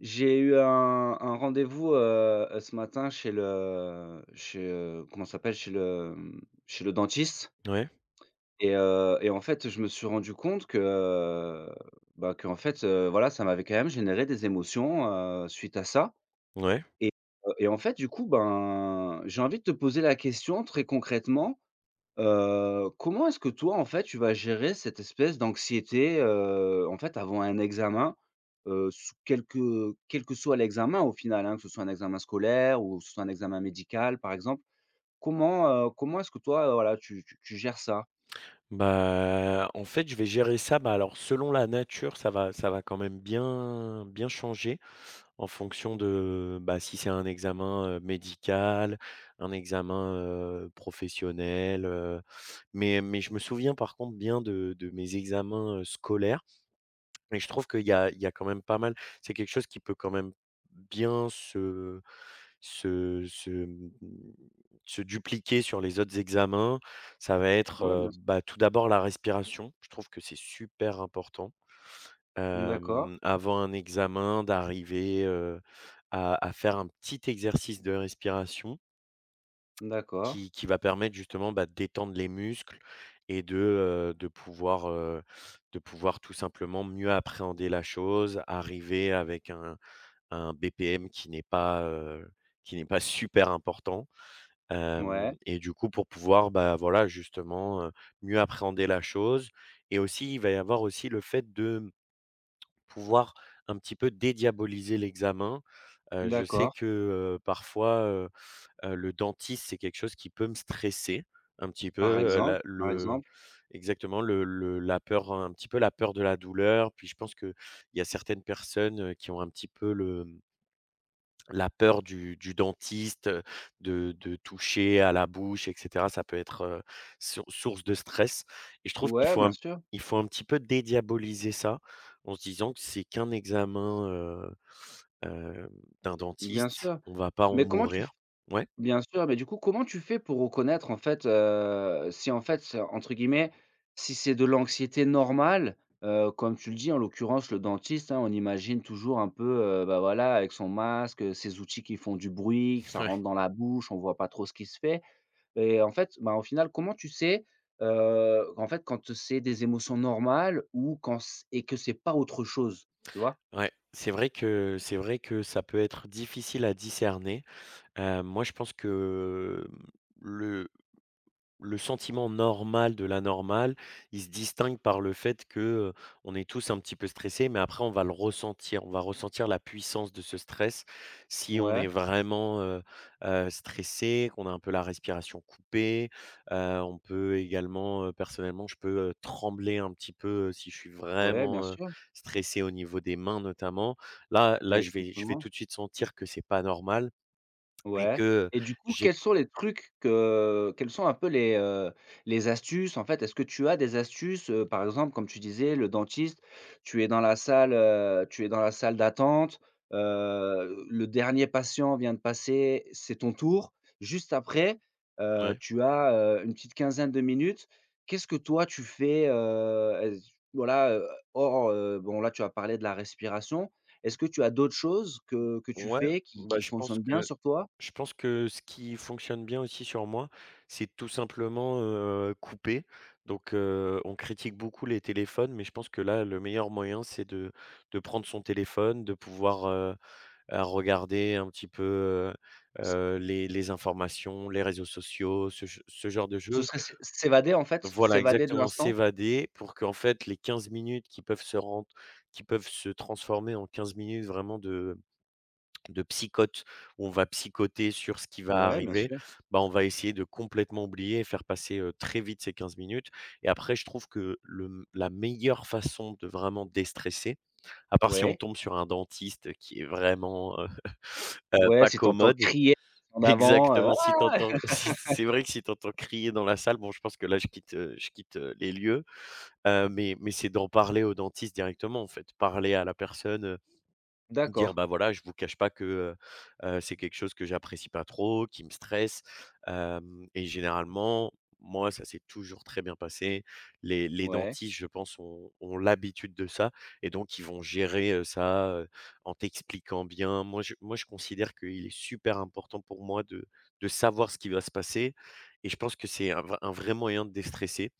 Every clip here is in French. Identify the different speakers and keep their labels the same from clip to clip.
Speaker 1: J'ai eu un rendez-vous, ce matin chez comment ça s'appelle? Chez chez le dentiste
Speaker 2: Ouais,
Speaker 1: et en fait, je me suis rendu compte bah, que en fait, voilà, ça m'avait quand même généré des émotions, suite à ça
Speaker 2: ouais.
Speaker 1: et et en fait, du coup, ben, j'ai envie de te poser la question très concrètement. Comment est-ce que toi, en fait, tu vas gérer cette espèce d'anxiété, en fait, avant un examen, sous quel que soit l'examen au final, hein, que ce soit un examen scolaire ou que ce soit un examen médical, par exemple? Comment, comment est-ce que toi, voilà, tu gères ça?
Speaker 2: Bah, en fait, je vais gérer ça, bah, alors selon la nature, ça va quand même bien bien changer en fonction de, bah, si c'est un examen, médical, un examen, professionnel, mais je me souviens par contre bien de mes examens, scolaires, et je trouve qu'il y a quand même pas mal, c'est quelque chose qui peut quand même bien se Se se, mmh, se dupliquer sur les autres examens. Ça va être,
Speaker 1: Ouais, bien sûr.
Speaker 2: bah, tout d'abord la respiration. Je trouve que c'est super important,
Speaker 1: D'accord,
Speaker 2: avant un examen d'arriver, à faire un petit exercice de respiration
Speaker 1: d'accord,
Speaker 2: qui va permettre justement, bah, de détendre les muscles et de, heu, de pouvoir, heu, de pouvoir tout simplement mieux appréhender la chose, arriver avec un BPM qui n'est pas super important.
Speaker 1: ouais,
Speaker 2: Hem Et du coup, pour pouvoir, bah, voilà, justement, mieux appréhender la chose. Et aussi, il va y avoir aussi le fait de pouvoir un petit peu dédiaboliser l'examen. Je sais
Speaker 1: d'accord.
Speaker 2: que, parfois, le dentiste, c'est quelque chose qui peut me stresser un petit peu,
Speaker 1: Par exemple,
Speaker 2: la
Speaker 1: par
Speaker 2: le
Speaker 1: exemple.
Speaker 2: exactement, le la peur, un petit peu la peur de la douleur. Puis je pense qu'il y a certaines personnes, qui ont un petit peu le la peur du dentiste, de toucher à la bouche et cetera, ça peut être, source de stress et je trouve qu'
Speaker 1: Ouais, bien sûr,
Speaker 2: il faut un petit peu dédiaboliser ça en se disant que c'est qu'un examen, hem, d'un
Speaker 1: bien
Speaker 2: dentiste,
Speaker 1: sûr.
Speaker 2: on va pas en
Speaker 1: Mais comment tu
Speaker 2: mourir. Ouais,
Speaker 1: Bien sûr, mais du coup, comment tu fais pour reconnaître en fait, si en fait, c'est entre guillemets, si c'est de l'anxiété normale, comme tu le dis, en l'occurrence le dentiste, hein, on imagine toujours un peu, bah, voilà avec son masque, ses outils qui font du bruit, que ça
Speaker 2: ouais,
Speaker 1: rentre dans la bouche, on voit pas trop ce qui se fait et en fait, bah, au final, comment tu sais, en fait quand c'est des émotions normales ou quand c et que c'est pas autre chose, tu vois?
Speaker 2: ouais. C'est vrai que ça peut être difficile à discerner. Moi, je pense que, le Le sentiment normal de l'anormal, il se distingue par le fait que, on est tous un petit peu stressés, mais après on va le ressentir. On va ressentir la puissance de ce stress si on est
Speaker 1: Ouais,
Speaker 2: vraiment, stressé, qu'on a un peu la respiration coupée. On peut également, personnellement, je peux, trembler un petit peu, si je suis
Speaker 1: ouais, bien
Speaker 2: vraiment,
Speaker 1: sûr,
Speaker 2: stressé au niveau des mains notamment. Là, je vais
Speaker 1: exactement.
Speaker 2: tout de suite sentir que c'est pas normal et
Speaker 1: Ouais
Speaker 2: que,
Speaker 1: et du coup,
Speaker 2: j'ai.
Speaker 1: quels sont les trucs que quelles sont un peu les astuces, en fait? Est-ce que tu as des astuces, par exemple, comme tu disais, le dentiste, tu es dans la salle, tu es dans la salle d'attente, le dernier patient vient de passer, c'est ton tour. Juste après,
Speaker 2: Ouais.
Speaker 1: tu as, une petite quinzaine de minutes. Qu'est-ce que toi tu fais, est-ce voilà, bon là, tu as parlé de la respiration. Est-ce que tu as d'autres choses que tu
Speaker 2: Ouais,
Speaker 1: fais qui
Speaker 2: bah,
Speaker 1: qui
Speaker 2: je pense
Speaker 1: fonctionnent bien
Speaker 2: que
Speaker 1: sur toi?
Speaker 2: Ce qui fonctionne bien aussi sur moi, c'est tout simplement, couper. Donc, on critique beaucoup les téléphones, mais je pense que là, le meilleur moyen, c'est de prendre son téléphone, de pouvoir, regarder un petit peu,
Speaker 1: Ce
Speaker 2: les informations, les réseaux sociaux, ce genre de
Speaker 1: ce
Speaker 2: choses.
Speaker 1: serait s'évader, en fait?
Speaker 2: Voilà,
Speaker 1: S'évader de
Speaker 2: exactement,
Speaker 1: l'instant?
Speaker 2: s'évader pour qu'en fait, les 15 minutes qui peuvent se rendre, qui peuvent se transformer en 15 minutes vraiment de psychote, où on va psychoter sur ce qui va
Speaker 1: Ouais, bien
Speaker 2: arriver,
Speaker 1: sûr.
Speaker 2: bah, on va essayer de complètement oublier et faire passer, très vite ces 15 minutes. Et après je trouve que le la meilleure façon de vraiment déstresser, à part si on
Speaker 1: Ouais.
Speaker 2: tombe sur un dentiste qui est vraiment,
Speaker 1: Ouais,
Speaker 2: pas
Speaker 1: si tu entends
Speaker 2: commode,
Speaker 1: crier en avant,
Speaker 2: exactement, si
Speaker 1: «Ah!»
Speaker 2: t'entends, si c'est vrai que si t'entends crier dans la salle, bon je pense que là je quitte, les lieux, mais c'est d'en parler au dentiste directement en fait, parler à la personne. Dire:
Speaker 1: D'accord.
Speaker 2: «Bah, voilà, je vous cache pas que, c'est quelque chose que j'apprécie pas trop, qui me stresse». Hem Et généralement, moi, ça s'est toujours très bien passé. Les
Speaker 1: Ouais.
Speaker 2: dentistes, je pense, ont l'habitude de ça et donc ils vont gérer, ça, en t'expliquant bien. Moi, je considère qu'il est super important pour moi de savoir ce qui va se passer, et je pense que c'est un vrai moyen de déstresser.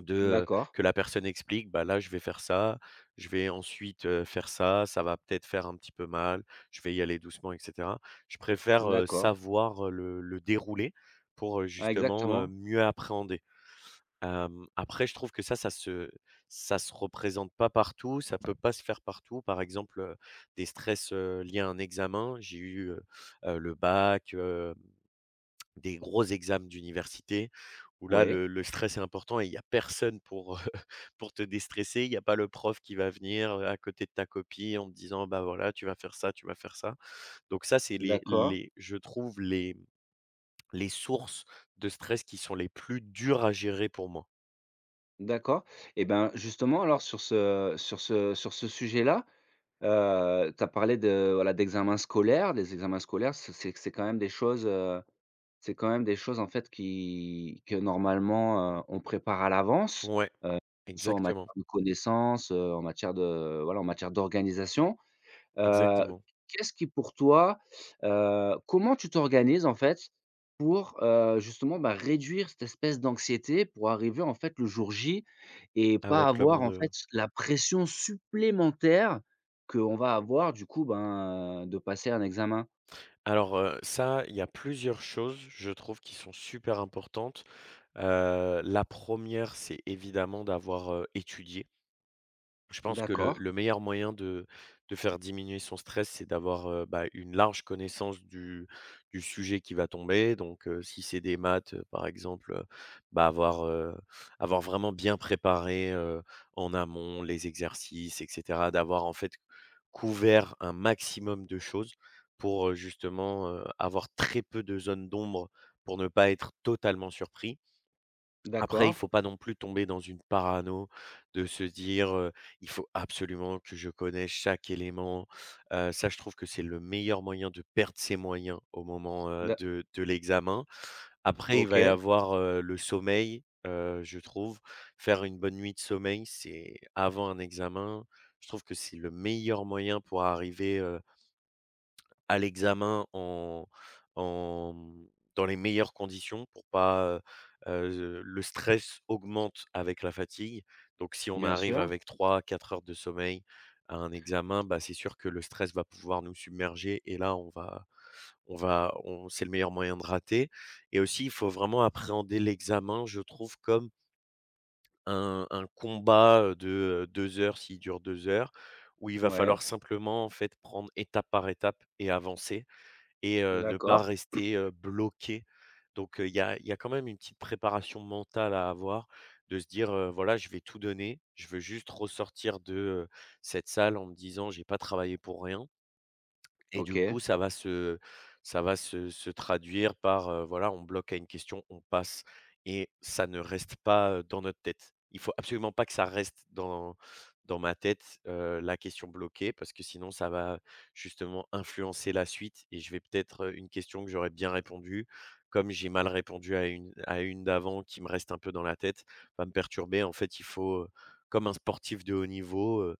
Speaker 2: De,
Speaker 1: D'accord.
Speaker 2: que la personne explique: «Bah, là, je vais faire ça, je vais ensuite, faire ça, ça va peut-être faire un petit peu mal, je vais y aller doucement» et cetera. Je préfère,
Speaker 1: D'accord.
Speaker 2: savoir, le déroulé pour,
Speaker 1: Ah,
Speaker 2: justement,
Speaker 1: exactement.
Speaker 2: mieux appréhender. Après je trouve que ça, ça se représente pas partout, ça peut pas se faire partout. Par exemple, des stress, liés à un examen, j'ai eu, le bac, des gros examens d'université où là,
Speaker 1: Ouais.
Speaker 2: le stress est important et il y a personne pour, pour te déstresser. Il y a pas le prof qui va venir, à côté de ta copie en te disant: «Bah, voilà, tu vas faire ça, tu vas faire ça». Donc ça, c'est
Speaker 1: D'accord.
Speaker 2: les je trouve les sources de stress qui sont les plus dures à gérer pour moi.
Speaker 1: D'accord et ben, justement, alors sur ce sujet-là, tu as parlé de, voilà, d'examens scolaires. Les examens scolaires, c'est c'est quand même des choses, c'est quand même des choses, en fait, qui que normalement, on prépare à l'avance.
Speaker 2: Ouais,
Speaker 1: Que ce soit en matière
Speaker 2: exactement,
Speaker 1: de connaissances, en matière de voilà, en matière d'organisation. Heu,
Speaker 2: exactement.
Speaker 1: Qu'est-ce qui pour toi, comment tu t'organises en fait pour, justement, bah, réduire cette espèce d'anxiété pour arriver en fait le jour J et pas
Speaker 2: Avec le
Speaker 1: avoir
Speaker 2: monde,
Speaker 1: en fait la pression supplémentaire qu'on va avoir du coup, ben, de passer un examen?
Speaker 2: Alors, ça, il y a plusieurs choses, je trouve, qui sont super importantes. La première c'est évidemment d'avoir, étudié. Je pense que
Speaker 1: D'accord,
Speaker 2: le meilleur moyen de faire diminuer son stress, c'est d'avoir, bah, une large connaissance du sujet qui va tomber. Donc, si c'est des maths, par exemple, bah, avoir vraiment bien préparé, en amont les exercices et cetera. D'avoir en fait couvert un maximum de choses pour, justement, avoir très peu de zones d'ombre pour ne pas être totalement surpris. Après, il
Speaker 1: d'accord,
Speaker 2: faut pas non plus tomber dans une parano de se dire, «Il faut absolument que je connaisse chaque élément». Ça, je trouve que c'est le meilleur moyen de perdre ses moyens au moment,
Speaker 1: d'a
Speaker 2: de l'examen. Après, il va y
Speaker 1: OK,
Speaker 2: avoir, le sommeil, je trouve. Faire une bonne nuit de sommeil, c'est avant un examen, je trouve que c'est le meilleur moyen pour arriver, à l'examen en en, mmh, dans les meilleures conditions pour pas, le stress augmente avec la fatigue. Donc si on
Speaker 1: bien
Speaker 2: arrive
Speaker 1: sûr,
Speaker 2: avec trois quatre heures de sommeil à un examen, bah, c'est sûr que le stress va pouvoir nous submerger et là on va on c'est le meilleur moyen de rater. Et aussi il faut vraiment appréhender l'examen, je trouve, comme un combat, de, 2 heures, s'il dure 2 heures, où il va
Speaker 1: ouais,
Speaker 2: falloir simplement, en fait, prendre étape par étape et avancer, et ne pas
Speaker 1: d'accord,
Speaker 2: rester, bloqué. Donc, il y a quand même une petite préparation mentale à avoir, de se dire, «Voilà, je vais tout donner. Je veux juste ressortir de, cette salle en me disant: "J'ai pas travaillé pour rien"». Et du
Speaker 1: OK.
Speaker 2: coup, ça va se traduire par, voilà, on bloque à une question, on passe et ça ne reste pas, dans notre tête. Il faut absolument pas que ça reste dans ma tête, la question bloquée, parce que sinon ça va justement influencer la suite et je vais peut-être, une question que j'aurais bien répondu, comme j'ai mal répondu à une d'avant qui me reste un peu dans la tête, va me perturber. En fait, il faut, comme un sportif de haut niveau,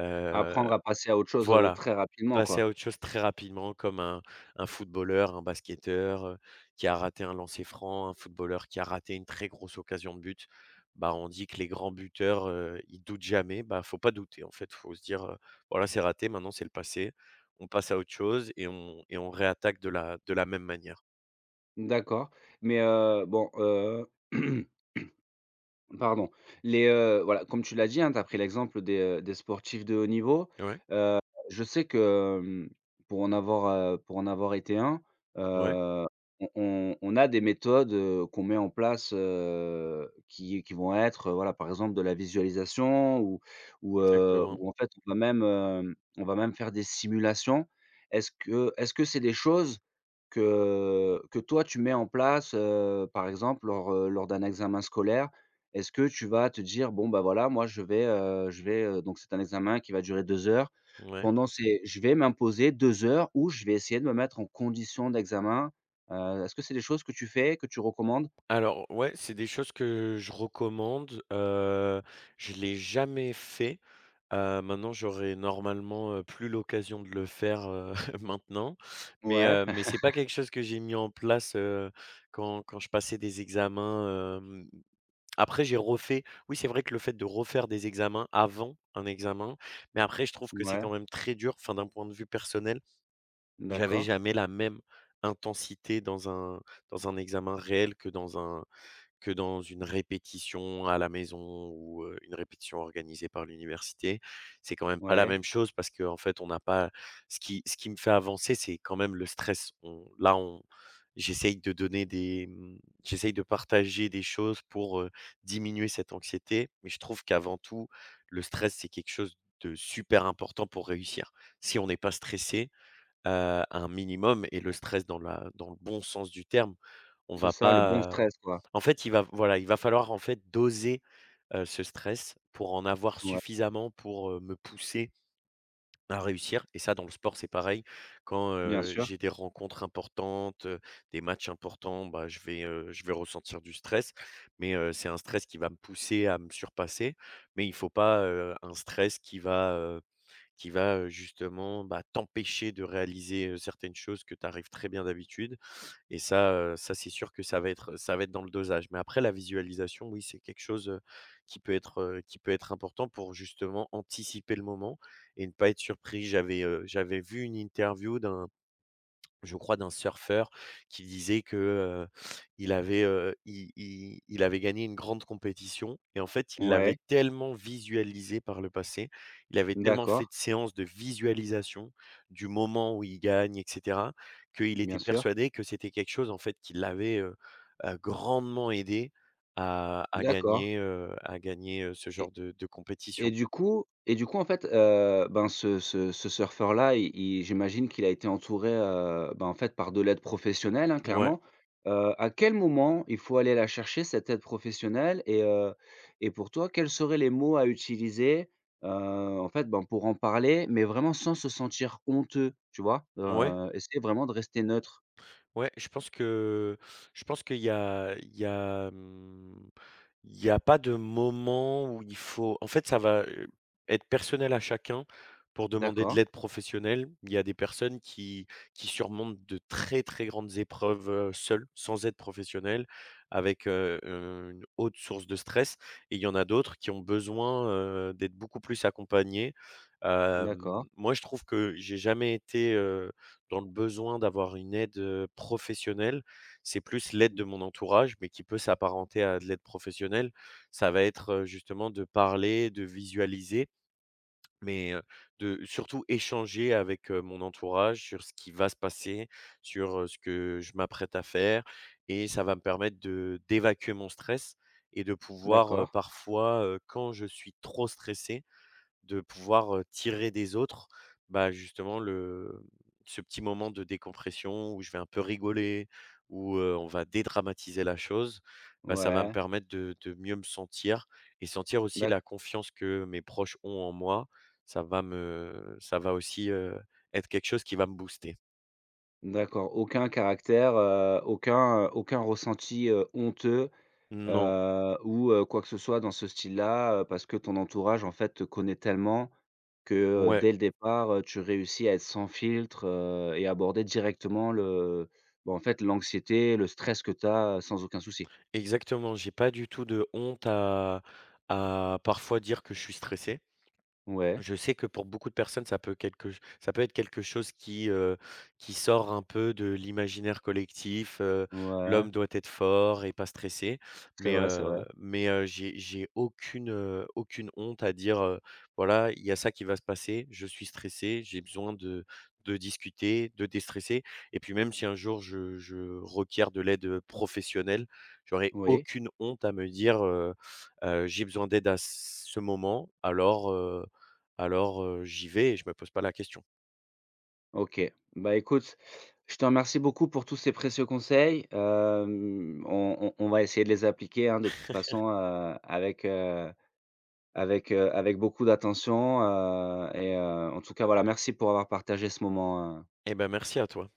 Speaker 2: heu,
Speaker 1: Apprendre à passer à autre chose,
Speaker 2: voilà.
Speaker 1: très rapidement,
Speaker 2: Passer
Speaker 1: quoi.
Speaker 2: à autre chose très rapidement, comme un footballeur, un basketteur, qui a raté un lancer franc, un footballeur qui a raté une très grosse occasion de but. Bah, on dit que les grands buteurs, ils doutent jamais. Bah, faut pas douter en fait, faut se dire, «Voilà, c'est raté, maintenant c'est le passé». On passe à autre chose et on réattaque de la même manière.
Speaker 1: D'accord, mais bon, Pardon. Les, voilà, comme tu l'as dit, hein, tu as pris l'exemple des sportifs de haut niveau.
Speaker 2: Ouais,
Speaker 1: Heu, je sais que, pour en avoir été un,
Speaker 2: ouais,
Speaker 1: heu, on a des méthodes, qu'on met en place, qui vont être, voilà, par exemple de la visualisation
Speaker 2: exactement,
Speaker 1: ou en fait on va même, on va même faire des simulations. Est-ce que c'est des choses que toi tu mets en place, par exemple lors, lors d'un examen scolaire? Est-ce que tu vas te dire: «Bon, bah, voilà, moi je vais, donc c'est un examen qui va durer 2 heures.
Speaker 2: ouais.
Speaker 1: Pendant ces Je vais m'imposer 2 heures où je vais essayer de me mettre en condition d'examen. Est-ce que c'est des choses que tu fais, que tu recommandes?
Speaker 2: Alors ouais, c'est des choses que je recommande, je l'ai jamais fait. Maintenant j'aurais normalement, plus l'occasion de le faire, maintenant,
Speaker 1: Ouais,
Speaker 2: mais c'est pas quelque chose que j'ai mis en place, quand je passais des examens, après j'ai refait oui, c'est vrai que le fait de refaire des examens avant un examen, mais après je trouve que c'est
Speaker 1: ouais,
Speaker 2: quand même très dur, enfin d'un point de vue personnel, j'avais
Speaker 1: d'accord,
Speaker 2: jamais la même intensité dans un examen réel que dans un que dans une répétition à la maison ou, une répétition organisée par l'université. C'est quand même pas la
Speaker 1: ouais.
Speaker 2: même chose parce que en fait, on n'a pas ce qui me fait avancer, c'est quand même le stress. On là, on j'essaye de donner des, j'essaye de partager des choses pour, diminuer cette anxiété, mais je trouve qu'avant tout, le stress, c'est quelque chose de super important pour réussir. Si on n'est pas stressé, un minimum, et le stress dans la dans le bon sens du terme. On
Speaker 1: C'est
Speaker 2: va
Speaker 1: ça, le bon
Speaker 2: pas,
Speaker 1: stress, quoi.
Speaker 2: en fait, il va voilà, il va falloir, en fait, doser, ce stress pour en avoir
Speaker 1: Ouais,
Speaker 2: suffisamment pour, me pousser à réussir. Et ça, dans le sport, c'est pareil. Quand,
Speaker 1: bien sûr.
Speaker 2: j'ai des rencontres importantes, des matchs importants, bah, je vais ressentir du stress, mais, c'est un stress qui va me pousser à me surpasser, mais il faut pas, un stress qui va, justement, bah, t'empêcher de réaliser, certaines choses que tu arrives très bien d'habitude. Et ça, ça c'est sûr que ça va être dans le dosage. Mais après la visualisation, oui, c'est quelque chose, qui peut être important pour justement anticiper le moment et ne pas être surpris. J'avais vu une interview d'un, je crois, d'un surfeur qui disait que, heu, il avait gagné une grande compétition et en fait, il
Speaker 1: Ouais,
Speaker 2: l'avait tellement visualisé par le passé, il avait tellement fait
Speaker 1: d'accord,
Speaker 2: de séances de visualisation du moment où il gagne et cetera, qu'il
Speaker 1: bien
Speaker 2: était
Speaker 1: sûr.
Speaker 2: persuadé que c'était quelque chose en fait qui l'avait, grandement aidé à
Speaker 1: D'accord.
Speaker 2: gagner, à gagner, ce genre de
Speaker 1: Et
Speaker 2: compétition.
Speaker 1: du coup, en fait, ben, ce surfeur-là, il j'imagine qu'il a été entouré, ben, en fait, par de l'aide professionnelle, hein,
Speaker 2: Ouais,
Speaker 1: clairement. À quel moment il faut aller la chercher cette aide professionnelle et pour toi, quels seraient les mots à utiliser, heu, en fait, ben, pour en parler, mais vraiment sans se sentir honteux, tu vois?
Speaker 2: ouais,
Speaker 1: Essayer vraiment de rester neutre.
Speaker 2: ouais, je pense qu'il y a il y a il n'y a pas de moment où il faut, en fait, ça va, être personnel à chacun pour demander de
Speaker 1: D'accord,
Speaker 2: l'aide professionnelle. Il y a des personnes qui surmontent de très, très grandes épreuves, seules, sans aide professionnelle, avec, une haute source de stress, et il y en a d'autres qui ont besoin, d'être beaucoup plus accompagnés.
Speaker 1: d'accord,
Speaker 2: Hem, moi, je trouve que j'ai jamais été, dans le besoin d'avoir une aide, professionnelle. C'est plus l'aide de mon entourage, mais qui peut s'apparenter à de l'aide professionnelle. Ça va être, justement de parler, de visualiser, mais, de surtout échanger avec, mon entourage sur ce qui va se passer, sur, ce que je m'apprête à faire, et ça va me permettre de d'évacuer mon stress et de pouvoir,
Speaker 1: d'accord.
Speaker 2: parfois, quand je suis trop stressé, de pouvoir, tirer des autres, bah, justement le ce petit moment de décompression où je vais un peu rigoler, où, on va dédramatiser la chose, bah, ça va me
Speaker 1: Ouais,
Speaker 2: permettre de mieux me sentir et sentir aussi
Speaker 1: d'accord.
Speaker 2: la confiance que mes proches ont en moi. Ça va aussi, être quelque chose qui va me booster.
Speaker 1: D'accord, aucun caractère, aucun, aucun ressenti, honteux,
Speaker 2: Non,
Speaker 1: ou, quoi que ce soit dans ce style-là, parce que ton entourage, en fait, te connaît tellement que,
Speaker 2: ouais,
Speaker 1: dès le départ, tu réussis à être sans filtre, et aborder directement le bon en fait, l'anxiété, le stress que tu as, sans aucun souci?
Speaker 2: exactement, j'ai pas du tout de honte à parfois dire que je suis stressé.
Speaker 1: Ouais,
Speaker 2: Je sais que pour beaucoup de personnes, ça peut quelque ch ça peut être quelque chose qui sort un peu de l'imaginaire collectif,
Speaker 1: ouais,
Speaker 2: l'homme doit être fort et pas stressé.
Speaker 1: c'est vrai, c'est vrai.
Speaker 2: Mais, j'ai aucune, aucune honte à dire, «Voilà, il y a ça qui va se passer, je suis stressé, j'ai besoin de discuter, de déstresser», et puis même si un jour je requiers de l'aide professionnelle, j'aurais
Speaker 1: Oui.
Speaker 2: aucune honte à me dire, J'ai besoin d'aide à ce moment, alors, j'y vais et je me pose pas la question.»
Speaker 1: OK. Bah, écoute, je te remercie beaucoup pour tous ces précieux conseils. On va essayer de les appliquer, hein, de toute façon, avec beaucoup d'attention, et en tout cas, voilà, merci pour avoir partagé ce moment,
Speaker 2: Eh ben, merci à toi.